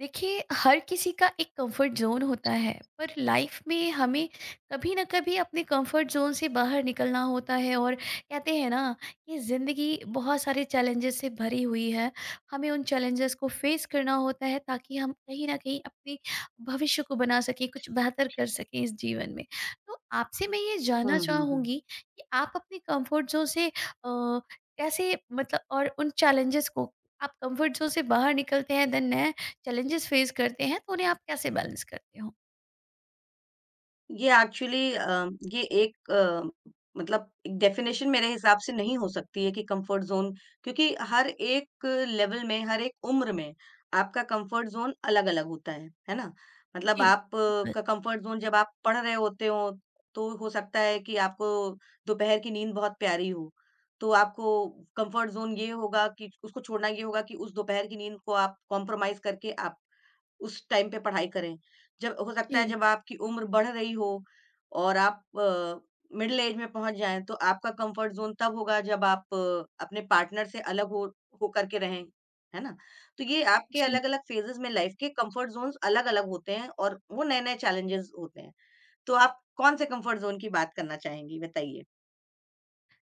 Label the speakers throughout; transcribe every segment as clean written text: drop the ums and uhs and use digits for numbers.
Speaker 1: देखिए हर किसी का एक कंफर्ट जोन होता है पर लाइफ में हमें कभी ना कभी अपने कंफर्ट जोन से बाहर निकलना होता है और कहते हैं ना कि ज़िंदगी बहुत सारे चैलेंजेस से भरी हुई है। हमें उन चैलेंजेस को फेस करना होता है ताकि हम कहीं ना कहीं अपने भविष्य को बना सकें कुछ बेहतर कर सकें इस जीवन में। तो आपसे मैं ये
Speaker 2: हुँ,
Speaker 1: जानना
Speaker 2: हुँ, हुँ।
Speaker 1: चाहूँगी कि आप अपने कंफर्ट जोन से कैसे मतलब और उन चैलेंजेस को आप कंफर्ट जोन से बाहर निकलते हैं देन चैलेंजेस फेस करते हैं तो उन्हें आप कैसे बैलेंस करते हो?
Speaker 2: ये एक्चुअली अ, ये एक अ, मतलब एक डेफ़िनेशन मेरे हिसाब से नहीं हो सकती है कि कम्फ़र्ट ज़ोन क्योंकि हर एक लेवल में, हर एक उम्र में आपका कम्फ़र्ट ज़ोन अलग-अलग होता है ना? मतलब
Speaker 1: जी।
Speaker 2: आप
Speaker 1: बिल्कुल।
Speaker 2: का कम्फ़र्ट ज़ोन जब आप पढ़ रहे होते हो, तो हो सकता है कि आपको दोपहर की नींद बहुत प्यारी हो, तो आपको कम्फ़र्ट ज़ोन ये होगा कि उसको छोड़ना ये होगा कि उस दोपहर की नींद को आप कॉम्प्रोमाइज़ करके आप उस टाइम पे पढ़ाई करें। जब हो सकता है
Speaker 1: जी,
Speaker 2: जब आपकी उम्र बढ़ रही हो और आप मिडल एज में पहुँच जाएँ तो आपका कम्फर्ट ज़ोन तब होगा जब आप अपने पार्टनर से अलग हो करके रहें, है ना? तो ये आपके
Speaker 1: जी।
Speaker 2: अलग-अलग फेजेज़ में लाइफ़ के कम्फर्ट ज़ोन्स अलग-अलग होते हैं और वो नए-नए चैलेंजेज़ होते हैं। तो आप कौन से कम्फर्ट ज़ोन की बात करना चाहेंगी बताइए?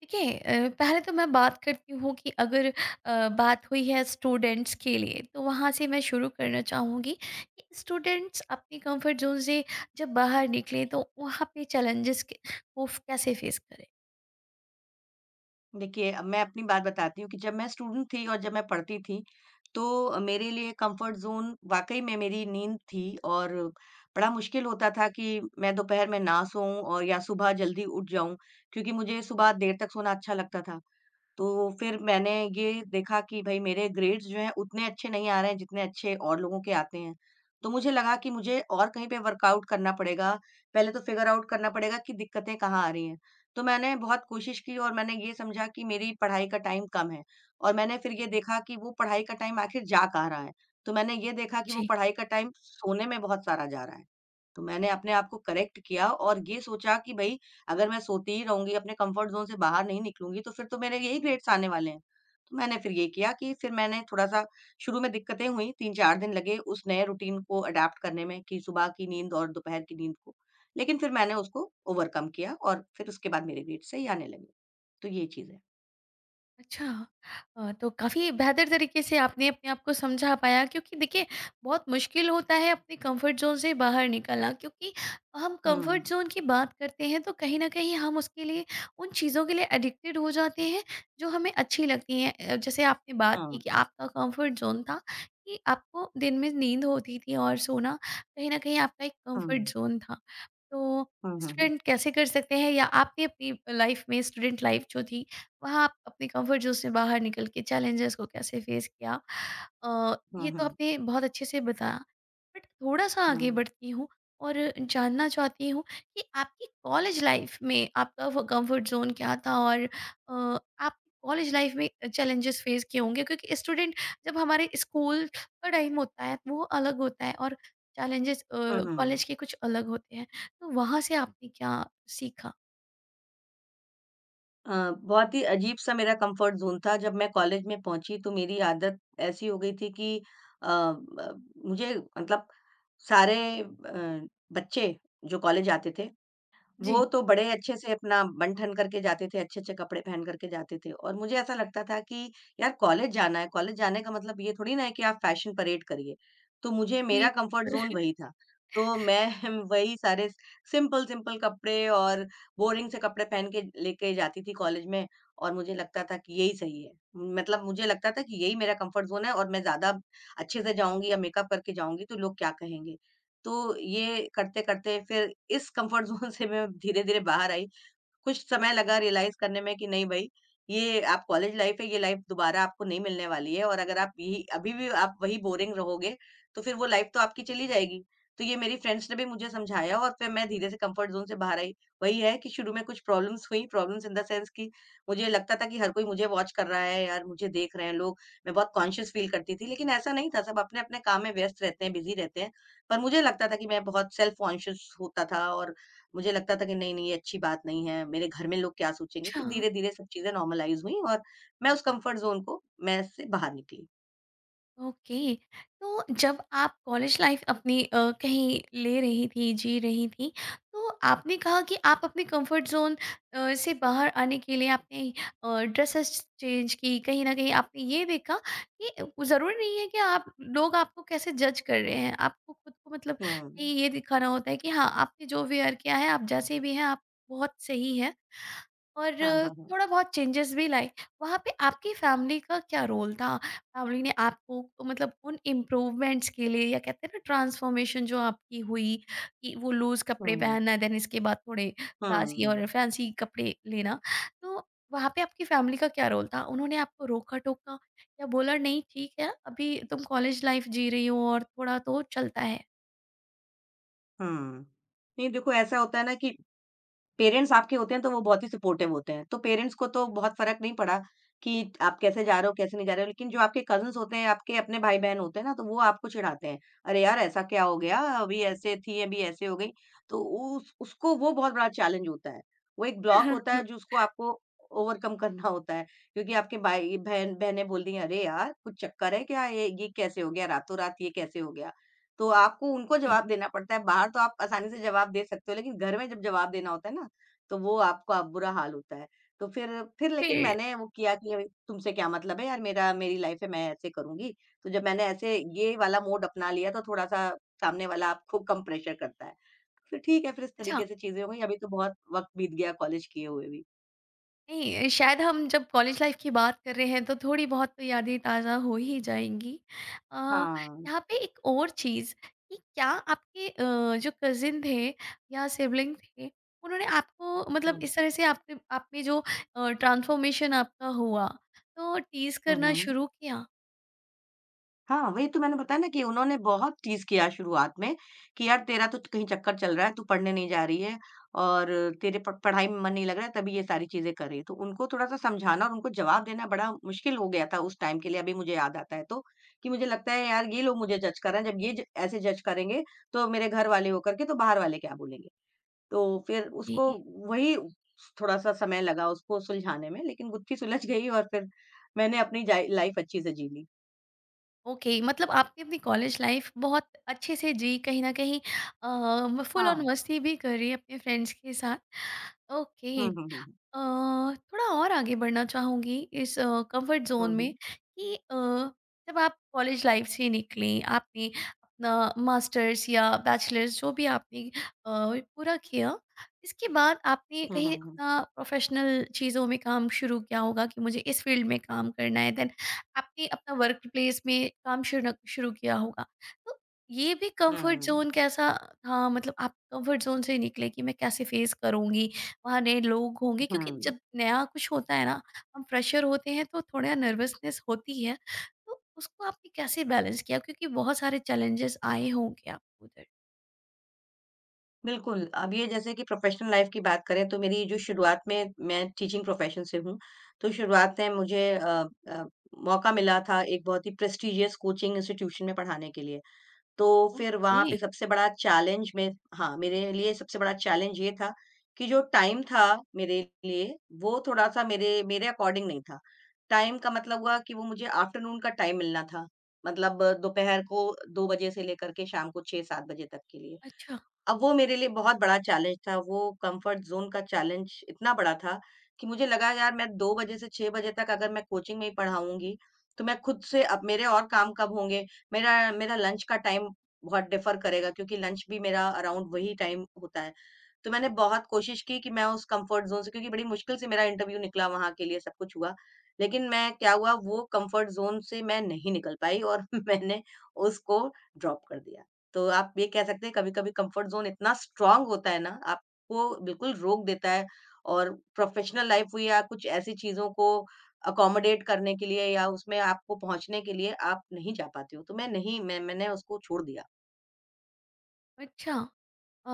Speaker 1: देखिए पहले तो मैं बात करती हूँ कि अगर बात हुई है स्टूडेंट्स के लिए तो वहाँ से मैं शुरू करना चाहूँगी कि स्टूडेंट्स अपने कंफर्ट ज़ोन से जब बाहर निकलें तो वहाँ पे चैलेंजेस के को कैसे फेस करें?
Speaker 2: देखिए, अब मैं अपनी बात बताती हूँ कि जब मैं स्टूडेंट थी और जब मैं पढ़ती थी, तो मेरे लिए कम्फ़र्ट ज़ोन वाक़ई में मेरी नींद थी और बड़ा मुश्किल होता था कि मैं दोपहर में ना सोऊँ और या सुबह जल्दी उठ जाऊँ, क्योंकि मुझे सुबह देर तक सोना अच्छा लगता था। तो फिर मैंने ये देखा कि भई मेरे ग्रेड्स जो हैं उतने अच्छे नहीं आ रहे हैं जितने अच्छे और लोगों के आते हैं। तो मुझे लगा कि मुझे और कहीं पे वर्कआउट करना पड़ेगा, पहले तो फिगर आउट करना पड़ेगा कि दिक्कतें कहाँ आ रही हैं। तो मैंने बहुत कोशिश की और मैंने ये समझा कि मेरी पढ़ाई का टाइम कम है और मैंने फिर ये देखा कि वो पढ़ाई का टाइम आखिर जा कहाँ रहा है। तो मैंने ये देखा कि वो
Speaker 1: जी।
Speaker 2: पढ़ाई का टाइम सोने में बहुत सारा जा रहा है। तो मैंने अपने आप को करेक्ट किया और ये सोचा कि भई अगर मैं सोती ही रहूँगी, अपने कम्फर्ट ज़ोन से बाहर नहीं निकलूँगी, तो फिर तो मेरे यही ग्रेड्स आने वाले हैं। तो मैंने फिर ये किया कि फिर मैंने थोड़ा-सा शुरू में दिक्कतें हुई, 3-4 दिन लगे उस नए रूटीन को अडॉप्ट करने में कि सुबह की नींद और दोपहर की नींद को। लेकिन फिर मैंने उसको ओवरकम किया और फिर उसके बाद मेरे ग्रेड्स सही आने लगे। तो ये चीज़ है।
Speaker 1: अच्छा। तो काफ़ी बेहतर तरीके से आपने अपने आप को समझा पाया, क्योंकि देखिए बहुत मुश्किल होता है अपने कंफर्ट ज़ोन से बाहर निकलना, क्योंकि हम कंफर्ट
Speaker 2: हुँ,
Speaker 1: ज़ोन की बात करते हैं तो कहीं न कहीं हम उसके लिए उन चीज़ों के लिए एडिक्टेड हो जाते हैं जो हमें अच्छी लगती हैं। जैसे आपने बात
Speaker 2: हुँ,
Speaker 1: की
Speaker 2: हुँ,
Speaker 1: कि आपका कंफर्ट ज़ोन था कि आपको दिन में नींद होती थी और सोना कहीं न कहीं आपका एक कंफर्ट
Speaker 2: हुँ,
Speaker 1: ज़ोन था। तो
Speaker 2: हुँ, हुँ, हुँ,
Speaker 1: स्टूडेंट कैसे कर सकते हैं या आपने अपनी लाइफ़ में स्टूडेंट लाइफ़ जो थी वहाँ आप अपने कंफर्ट जोन से बाहर निकल के चैलेंजेस को कैसे फेस किया,
Speaker 2: हुँ,
Speaker 1: ये तो
Speaker 2: हुँ,
Speaker 1: आपने बहुत अच्छे से बताया। बट थोड़ा सा आगे बढ़ती हूँ और जानना चाहती हूँ कि आपकी कॉलेज लाइफ में आपका वो कंफर्ट जोन क्या था, और अ, आप कॉलेज लाइफ में चैलेंजेस फेस किए होंगे क्योंकि स्टूडेंट जब हमारे स्कूल का टाइम होता है तो वो अलग होता है, और चैलेंजेस
Speaker 2: हुँ, हुँ, हुँ।
Speaker 1: कॉलेज के कुछ अलग होते हैं। तो वहाँ से आपने क्या सीखा?
Speaker 2: बहुत ही अजीब-सा मेरा कम्फ़र्ट ज़ोन था। जब मैं कॉलेज में पहुँची तो मेरी आदत ऐसी हो गई थी कि अ, ब मुझे मतलब सारे बच्चे जो कॉलेज आते थे वो
Speaker 1: जी।
Speaker 2: तो बड़े अच्छे से अपना बन-ठन करके जाते थे, अच्छे-अच्छे कपड़े पहन करके जाते थे और मुझे ऐसा लगता था कि यार कॉलेज जाना है, कॉलेज जाने का मतलब ये थोड़ी ना है कि आप फैशन परेड करिए। तो मुझे
Speaker 1: जी।
Speaker 2: मेरा कंफर्ट ज़ोन वही था। तो मैं वही सारे सिंपल-सिंपल कपड़े और बोरिंग से कपड़े पहन के लेके जाती थी कॉलेज में और मुझे लगता था कि यही सही है। मतलब मुझे लगता था कि यही मेरा कंफर्ट ज़ोन है और मैं ज़्यादा अच्छे से जाऊँगी या मेकअप करके जाऊँगी तो लोग क्या कहेंगे? तो ये करते-करते फिर इस कम्फर्ट ज़ोन से मैं धीरे-धीरे बाहर आई। कुछ समय लगा रियलाइज़ करने में कि नहीं भाई, ये आप कॉलेज लाइफ़ है, ये लाइफ़ दोबारा आपको नहीं मिलने वाली है और अगर आप यही अभी भी आप वही बोरिंग रहोगे, तो फिर वो लाइफ़ तो आपकी चली जाएगी। तो ये मेरी फ्रेंड्स ने भी मुझे समझाया और फिर मैं धीरे से कम्फर्ट ज़ोन से बाहर आई। वही है कि शुरू में कुछ प्रॉब्लम्स हुई, प्रॉब्लम्स इन द सेंस कि मुझे लगता था कि हर कोई मुझे वॉच कर रहा है यार, मुझे देख रहे हैं लोग, मैं बहुत कॉन्शियस फ़ील करती थी। लेकिन ऐसा नहीं था, सब अपने-अपने काम में व्यस्त रहते हैं, बिज़ी रहते हैं। पर मुझे लगता था कि मैं बहुत सेल्फ कॉन्शियस होता था और मुझे लगता था कि नहीं नहीं ये अच्छी बात नहीं है, मेरे घर में लोग क्या सोचेंगे।
Speaker 1: अच्छा।
Speaker 2: फिर धीरे धीरे सब चीजें नॉर्मलाइज हुई और मैं उस कंफर्ट जोन को मैं से बाहर निकली।
Speaker 1: ओके। तो जब आप कॉलेज लाइफ अपनी कहीं ले रही थी जी रही थी, तो आपने कहा कि आप अपने कंफर्ट जोन से बाहर आने के लिए आपने ड्रेसेस चेंज की। कहीं ना कहीं आपने ये देखा कि ज़रूरी नहीं है कि आप, लोग आपको कैसे जज कर रहे हैं, आपको खुद को मतलब
Speaker 2: हम्म।
Speaker 1: कहीं ये दिखाना होता है कि हाँ आपने जो वेयर किया है आप जैसे भी हैं आप बहुत सही है, और
Speaker 2: हाँ, हाँ, हाँ।
Speaker 1: थोड़ा बहुत चेंजेस भी लाए। वहाँ पे आपकी फैमिली का क्या रोल था? फैमिली ने आपको तो मतलब उन इम्प्रूवमेंट्स के लिए, या कहते हैं ना ट्रांसफ़ॉर्मेशन जो आपकी हुई कि वो लूज़ कपड़े
Speaker 2: हम्म,
Speaker 1: पहनना देन इसके बाद थोड़े
Speaker 2: हम्म,
Speaker 1: क्लासी
Speaker 2: हम्म,
Speaker 1: और फैंसी कपड़े लेना। तो वहाँ पे आपकी फैमिली का क्या रोल था? उन्होंने आपको रोका-टोका या बोला नहीं ठीक है अभी तुम कॉलेज लाइफ़ जी रही हो और थोड़ा तो चलता है?
Speaker 2: हम्म। नहीं देखो ऐसा होता है ना कि पेरेंट्स आपके होते हैं तो वो बहुत ही सपोर्टिव होते हैं। तो पेरेंट्स को तो बहुत फ़र्क नहीं पड़ा कि आप कैसे जा रहे हो, कैसे नहीं जा रहे हो। लेकिन जो आपके कज़िन्स होते हैं, आपके अपने भाई-बहन होते हैं ना, तो वो आपको चिढ़ाते हैं। "अरे यार! ऐसा क्या हो गया? अभी ऐसे थी, अभी ऐसे हो गई।" तो उस उसको वो बहुत बड़ा चैलेंज होता है। वो एक ब्लॉक होता है जो उसको आपको ओवरकम करना होता है। क्योंकि आपके भाई बहनें बोल रही हैं, "अरे यार! कुछ चक्कर है क्या? ये कैसे हो गया? रातों रात ये कैसे हो गया?" तो आपको उनको
Speaker 1: जी।
Speaker 2: जवाब देना पड़ता है। बाहर तो आप आसानी से जवाब दे सकते हो, लेकिन घर में जब जवाब देना होता है ना, तो वो आपको अब बुरा हाल होता है। तो फिर लेकिन
Speaker 1: फिर।
Speaker 2: मैंने वो किया कि अरे, तुमसे क्या मतलब है यार मेरा मेरी लाइफ़ है, मैं ऐसे करूँगी। तो जब मैंने ऐसे ये वाला मोड अपना लिया तो थोड़ा-सा सामने वाला आपको कम प्रेशर करता है। फिर ठीक है, फिर इस
Speaker 1: अच्छा।
Speaker 2: तरीके से चीज़ें हो गई। अभी तो बहुत वक़्त बीत गया कॉलेज किए हुए भी।
Speaker 1: नहीं, शायद हम जब कॉलेज लाइफ की बात कर रहे हैं तो थोड़ी बहुत तो यादें ताज़ा हो ही जाएँगी। अ,
Speaker 2: हाँ।
Speaker 1: यहाँ पे एक और चीज़ कि क्या आपके जो कज़िन थे या सिबलिंग थे, उन्होंने आपको
Speaker 2: हुँ।
Speaker 1: मतलब इस तरह से आपके आप में जो ट्रांसफ़ॉर्मेशन आपका हुआ, तो टीज़
Speaker 2: हुँ,
Speaker 1: करना
Speaker 2: हुँ।
Speaker 1: शुरू किया?
Speaker 2: हाँ, वही तो मैंने बताया ना कि उन्होंने बहुत टीज़ किया शुरुआत में कि यार तेरा तो कहीं चक्कर चल रहा है, तू पढ़ने नहीं जा रही है और तेरे प पढ़ाई में मन नहीं लग रहा है तभी ये सारी चीज़ें कर रही है। तो उनको थोड़ा-सा समझाना और उनको जवाब देना बड़ा मुश्किल हो गया था उस टाइम के लिए, अभी मुझे याद आता है तो, कि मुझे लगता है यार ये लोग मुझे जज कर रहे हैं, जब ये ज ऐसे जज करेंगे तो मेरे घर वाले होकर के तो बाहर वाले क्या बोलेंगे? तो फिर उसको
Speaker 1: जी,
Speaker 2: वही थोड़ा-सा समय लगा उसको सुलझाने में लेकिन गुत्थी सुलझ गई और फिर मैंने अपनी जाइ लाइफ़ अच्छे से जी ली।
Speaker 1: ओके मतलब आपने अपनी कॉलेज लाइफ बहुत अच्छे से जी, कहीं न कहीं फुल ऑन
Speaker 2: हाँ।
Speaker 1: मस्ती भी करी अपने फ्रेंड्स के साथ।
Speaker 2: हुँ,
Speaker 1: ओके। अ,
Speaker 2: हुँ, हुँ।
Speaker 1: थोड़ा और आगे बढ़ना चाहूँगी इस कंफर्ट जोन
Speaker 2: हुँ, हुँ।
Speaker 1: में कि जब आप कॉलेज लाइफ से निकलें, आपने अपना मास्टर्स या बैचलर्स जो भी आपने अ, पूरा किया, इसके बाद आपने
Speaker 2: हुँ,
Speaker 1: कहीं
Speaker 2: हुँ, हुँ।
Speaker 1: अपना प्रोफेशनल चीज़ों में काम शुरू किया होगा कि मुझे इस फील्ड में काम करना है, देन आपने अपना वर्क प्लेस में काम शुरू शुरू किया होगा। तो ये भी कंफर्ट जोन कैसा था, मतलब आप कंफर्ट जोन से निकले कि मैं कैसे फेस करूँगी, वहाँ नए लोग होंगे,
Speaker 2: हुँ,
Speaker 1: क्योंकि
Speaker 2: हुँ।
Speaker 1: जब नया कुछ होता है ना, हम फ्रेशर होते हैं तो थोड़ा नर्वसनेस होती है। तो उसको आपने कैसे बैलेंस किया क्योंकि बहुत सारे चैलेंजेस आए होंगे आपको उधर?
Speaker 2: बिल्कुल, अब ये जैसे कि प्रोफ़ेशनल लाइफ़ की बात करें तो मेरी जो शुरुआत में मैं टीचिंग प्रोफ़ेशन से हूँ, तो शुरुआत में मुझे अ, मौका मिला था एक बहुत ही प्रेस्टीजियस कोचिंग इंस्टीट्यूशन में पढ़ाने के लिए। तो फिर वहाँ
Speaker 1: ओके।
Speaker 2: पे सबसे बड़ा चैलेंज में हाँ, मेरे लिए सबसे बड़ा चैलेंज ये था कि जो टाइम था मेरे लिए, वो थोड़ा-सा मेरे मेरे अकॉर्डिंग नहीं था। टाइम का मतलब हुआ कि वो मुझे आफ्टरनून का टाइम मिलना था। मतलब दोपहर को 2 बजे से लेकर के शाम को 6-7 बजे तक के लिए।
Speaker 1: अच्छा।
Speaker 2: अब वो मेरे लिए बहुत बड़ा चैलेंज था, वो कम्फ़र्ट ज़ोन का चैलेंज इतना बड़ा था कि मुझे लगा यार मैं 2 बजे से 6 बजे तक अगर मैं कोचिंग में ही पढ़ाऊँगी, तो मैं खुद से अब मेरे और काम कब होंगे? मेरा मेरा लंच का टाइम बहुत डिफ़र करेगा क्योंकि लंच भी मेरा अराउंड वही टाइम होता है। तो मैंने बहुत कोशिश की कि मैं उस कम्फर्ट ज़ोन से क्योंकि बड़ी मुश्किल से मेरा इंटरव्यू निकला वहाँ के लिए सब कुछ हुआ। लेकिन मैं क्या हुआ वो कम्फर्ट ज़ोन से मैं नहीं निकल पाई और मैंने उसको ड्रॉप कर दिया। तो आप ये कह सकते हैं कभी-कभी कम्फर्ट ज़ोन इतना स्ट्रॉन्ग होता है ना, आपको बिल्कुल रोक देता है और प्रोफ़ेशनल लाइफ़ हुई या कुछ ऐसी चीज़ों को अकोमोडेट करने के लिए या उसमें आपको पहुँचने के लिए आप नहीं जा पाते हो। तो मैं नहीं मैंने उसको छोड़ दिया।
Speaker 1: अच्छा।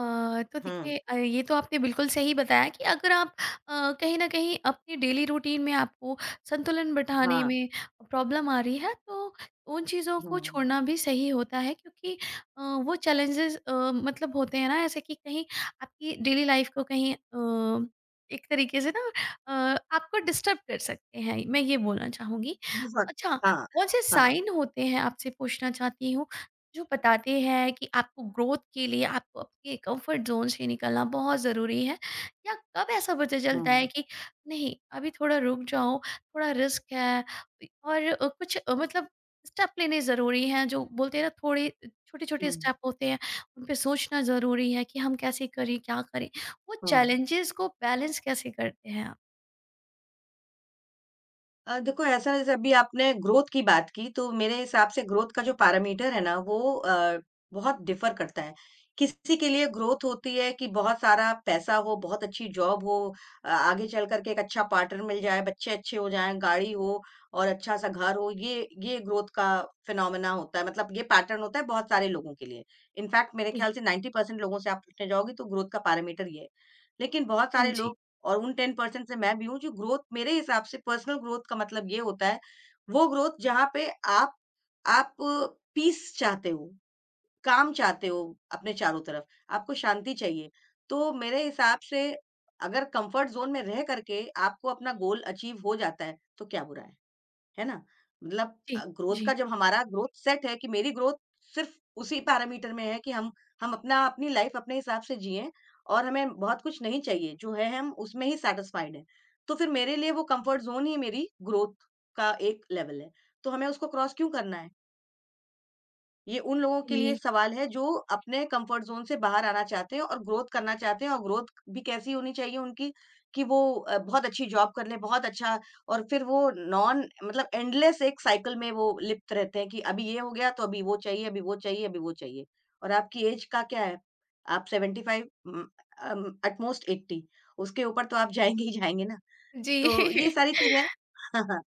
Speaker 1: तो
Speaker 2: हुँ,
Speaker 1: देखिए ये तो आपने बिल्कुल सही बताया कि अगर आप कहीं न कहीं अपनी डेली रूटीन में आपको संतुलन बिठाने
Speaker 2: हाँ।
Speaker 1: में प्रॉब्लम आ रही है, तो उन चीज़ों को
Speaker 2: हुँ।
Speaker 1: छोड़ना भी सही होता है, क्योंकि वो चैलेंजेज़ मतलब होते हैं ना ऐसे कि कहीं आपकी डेली लाइफ़ को कहीं एक तरीके से ना आपको डिस्टर्ब कर सकते हैं, मैं ये बोलना चाहूँगी।
Speaker 2: बहुत।
Speaker 1: अच्छा,
Speaker 2: हाँ,
Speaker 1: कौन से
Speaker 2: हाँ।
Speaker 1: साइन होते हैं आपसे पूछना चाहती हूँ जो बताते हैं कि आपको ग्रोथ के लिए आपको आपके कंफर्ट जोन से निकलना बहुत ज़रूरी है, या कब ऐसा पता चलता है
Speaker 2: हुँ,
Speaker 1: कि नहीं अभी थोड़ा रुक जाओ थोड़ा रिस्क है, और कुछ मतलब स्टेप लेने ज़रूरी हैं, जो बोलते हैं ना थोड़े छोटे छोटे
Speaker 2: हुँ,
Speaker 1: स्टेप होते हैं, उन पे सोचना ज़रूरी है कि हम कैसे करें क्या करें। वो
Speaker 2: हुँ।
Speaker 1: चैलेंजेस को बैलेंस कैसे करते हैं आप?
Speaker 2: देखो ऐसा जैसे अभी आपने ग्रोथ की बात की तो मेरे हिसाब से ग्रोथ का जो पैरामीटर है ना वो बहुत डिफ़र करता है। किसी के लिए ग्रोथ होती है कि बहुत सारा पैसा हो, बहुत अच्छी जॉब हो, आगे चल कर के एक अच्छा पार्टनर मिल जाए, बच्चे अच्छे हो जाएँ, गाड़ी हो और अच्छा-सा घर हो, ये ग्रोथ का फिनोमेना होता है। मतलब ये पैटर्न होता है बहुत सारे लोगों के लिए। इनफैक्ट मेरे
Speaker 1: जी।
Speaker 2: ख्याल से 90% लोगों से आप पूछने जाओगे तो ग्रोथ का पैरामीटर ये है। लेकिन बहुत
Speaker 1: हाँ
Speaker 2: सारे
Speaker 1: जी।
Speaker 2: लोग और उन 10% से मैं भी हूँ जो ग्रोथ मेरे हिसाब से पर्सनल ग्रोथ का मतलब ये होता है, वो ग्रोथ जहाँ पे आप पीस चाहते हो, काम चाहते हो अपने चारों तरफ, आपको शांति चाहिए। तो मेरे हिसाब से अगर कंफर्ट ज़ोन में रह करके आपको अपना गोल अचीव हो जाता है, तो क्या बुरा है? है ना? मतलब
Speaker 1: जी।
Speaker 2: ग्रोथ का
Speaker 1: जी।
Speaker 2: जब हमारा ग्रोथ सेट है कि मेरी ग्रोथ सिर्फ़ उसी पैरामीटर में है कि हम अपना अपनी लाइफ़ अपने हिसाब से जिएँ और हमें बहुत कुछ नहीं चाहिए, जो है हम उसमें ही सैटिस्फाइड हैं। तो फिर मेरे लिए वो कम्फ़र्ट ज़ोन ही मेरी ग्रोथ का एक लेवल है। तो हमें उसको क्रॉस क्यों करना है? ये उन लोगों के लिए
Speaker 1: जी।
Speaker 2: सवाल है जो अपने कंफर्ट ज़ोन से बाहर आना चाहते हैं और ग्रोथ करना चाहते हैं और ग्रोथ भी कैसी होनी चाहिए उनकी कि वो बहुत अच्छी जॉब कर लें, बहुत अच्छा और फिर वो नॉन मतलब एंडलेस एक साइकिल में वो लिप्त रहते हैं कि अभी ये हो गया तो अभी वो चाहिए, अभी वो चाहिए, अभी वो चाहिए। और आपकी एज का क्या है? आप 75 एट मोस्ट 80, उसके ऊपर तो आप जाएँगे ही जाएँगे ना।
Speaker 1: जी।
Speaker 2: तो ये सारी चीज़ें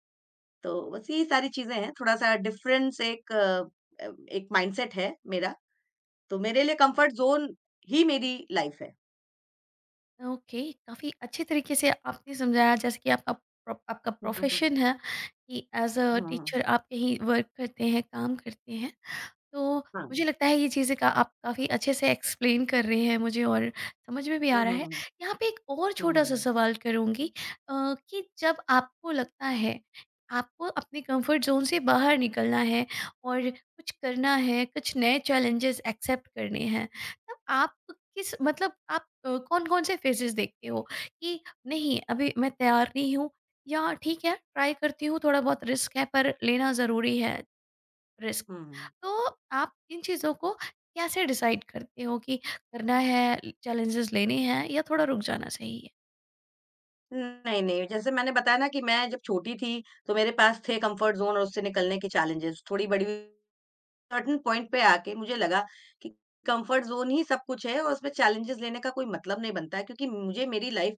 Speaker 2: तो बस यही सारी चीज़ें हैं, थोड़ा-सा डिफ़रेंस एक माइंडसेट है मेरा, तो मेरे लिए कम्फ़र्ट ज़ोन ही मेरी लाइफ़ है।
Speaker 1: ओके, काफ़ी अच्छे तरीके से आपने समझाया जैसे कि आपका प्रोफ़ेशन है कि एज़ अ
Speaker 2: हुँ, हाँ।
Speaker 1: टीचर आप कहीं वर्क करते हैं, काम करते हैं। तो मुझे लगता है ये चीज़ें का आप काफ़ी अच्छे से एक्सप्लेन कर रहे हैं मुझे, और समझ में भी
Speaker 2: हुँ,
Speaker 1: आ रहा
Speaker 2: हुँ,
Speaker 1: है।
Speaker 2: हुँ,
Speaker 1: यहाँ पे एक और छोटा-सा
Speaker 2: हुँ,
Speaker 1: सवाल करूँगी, कि जब आपको लगता है आपको अपने कम्फ़र्ट ज़ोन से बाहर निकलना है और कुछ करना है, कुछ नए चैलेंजेस एक्सेप्ट करने हैं, मतलब आप किस मतलब आप कौन कौन से फेजेस देखते हो कि नहीं अभी मैं तैयार नहीं हूँ, या ठीक है ट्राई करती हूँ थोड़ा बहुत रिस्क है पर लेना ज़रूरी है रिस्क
Speaker 2: हुँ।
Speaker 1: तो आप इन चीज़ों को कैसे डिसाइड करते हो कि करना है, चैलेंजेस लेने हैं या थोड़ा रुक जाना चाहिए?
Speaker 2: नहीं, नहीं, जैसे मैंने बताया ना कि मैं जब छोटी थी, तो मेरे पास थे कम्फ़र्ट ज़ोन और उससे निकलने के चैलेंजेस, थोड़ी बड़ी सर्टेन पॉइंट पे आके मुझे लगा कि कंफर्ट ज़ोन ही सब कुछ है और उसमें चैलेंजेस लेने का कोई मतलब नहीं बनता है क्योंकि मुझे मेरी लाइफ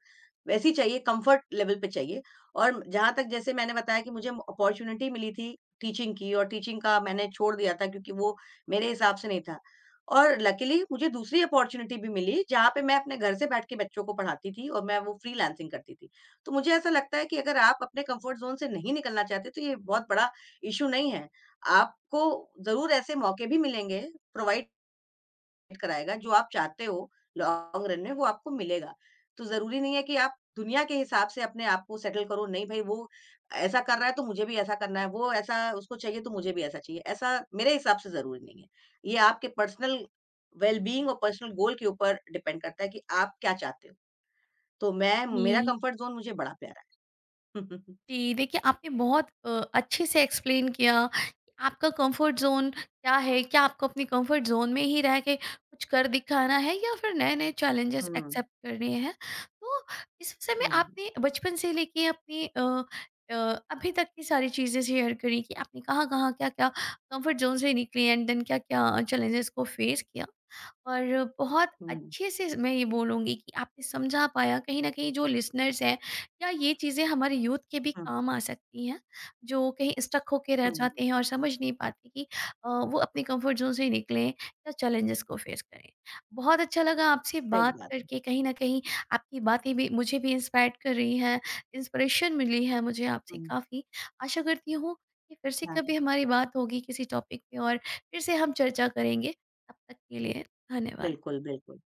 Speaker 2: वैसी चाहिए कंफर्ट लेवल पे चाहिए। और जहाँ तक जैसे मैंने बताया कि मुझे अपॉर्च्युनिटी मिली थी टीचिंग की और टीचिंग का मैंने छोड़ दिया था क्योंकि वो मेरे हिसाब से नहीं था। और लकीली मुझे दूसरी अपॉर्च्युनिटी भी मिली जहाँ पे मैं अपने घर से बैठ के बच्चों को पढ़ाती थी और मैं वो फ्रीलांसिंग करती थी। तो मुझे ऐसा लगता है कि अगर आप अपने कंफर्ट ज़ोन से नहीं निकलना चाहते तो ये बहुत बड़ा इश्यू नहीं है। आपको ज़रूर ऐसे मौके भी मिलेंगे, प्रोवाइड कराएगा, जो आप चाहते हो लॉन्ग रन में वो आपको मिलेगा। तो ज़रूरी नहीं है कि आप दुनिया के हिसाब से अपने आप को सेटल करो, नहीं भई वो ऐसा कर रहा है तो मुझे भी ऐसा करना है, वो ऐसा उसको चाहिए तो मुझे भी ऐसा चाहिए, ऐसा मेरे हिसाब से ज़रूरी नहीं है। ये आपके पर्सनल वेल-बीइंग और पर्सनल गोल के ऊपर डिपेंड करता है कि आप क्या चाहते हो। तो मैं मेरा कंफर्ट ज़ोन मुझे बड़ा प्यारा है।
Speaker 1: जी, देखिए आपने बहुत अच्छे से एक्सप्लेन किया कि आपका कंफर्ट जोन क्या है, क्या आपको अपने कंफर्ट जोन में ही रह के कुछ कर दिखाना है या फिर नए-नए चैलेंजेस
Speaker 2: हुँ,
Speaker 1: एक्सेप्ट करने हैं। तो इस विषय में
Speaker 2: हुँ, हुँ।
Speaker 1: आपने बचपन से लेके अपनी अ, अभी तक की सारी चीज़ें शेयर करी कि आपने कहाँ-कहाँ, क्या-क्या कंफर्ट जोन से निकली, एंड देन क्या-क्या चैलेंजेस को फेस किया। और बहुत
Speaker 2: हुँ, हुँ,
Speaker 1: अच्छे से मैं ये बोलूँगी कि आपने समझा पाया कहीं न कहीं जो लिसनर्स हैं, क्या ये चीज़ें हमारे यूथ के भी
Speaker 2: हुँ,
Speaker 1: काम आ सकती हैं, जो कहीं स्टक होके रह
Speaker 2: हुँ, हुँ,
Speaker 1: जाते हैं और समझ नहीं पाते कि वो अपने कंफर्ट ज़ोन से निकलें या चैलेंजेस को फेस करें? बहुत अच्छा लगा आपसे
Speaker 2: सही
Speaker 1: बात
Speaker 2: बात है।
Speaker 1: करके। कहीं न कहीं आपकी बातें भी मुझे भी इंस्पायर्ड कर रही हैं, इंस्पिरेशन मिली है मुझे आपसे
Speaker 2: हुँ,
Speaker 1: काफ़ी। आशा करती हूँ कि फिर से
Speaker 2: हाँ।
Speaker 1: कभी हमारी बात होगी किसी टॉपिक पे और फिर से हम चर्चा करेंगे। तब तक के लिए धन्यवाद।
Speaker 2: बिल्कुल, बिल्कुल।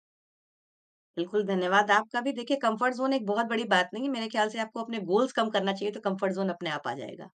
Speaker 2: बिल्कुल, धन्यवाद आपका भी। देखिए, कम्फ़र्ट ज़ोन एक बहुत बड़ी बात नहीं है। मेरे ख़्याल से आपको अपने गोल्स कम करना चाहिए, तो कम्फ़र्ट ज़ोन अपने आप आ जाएगा।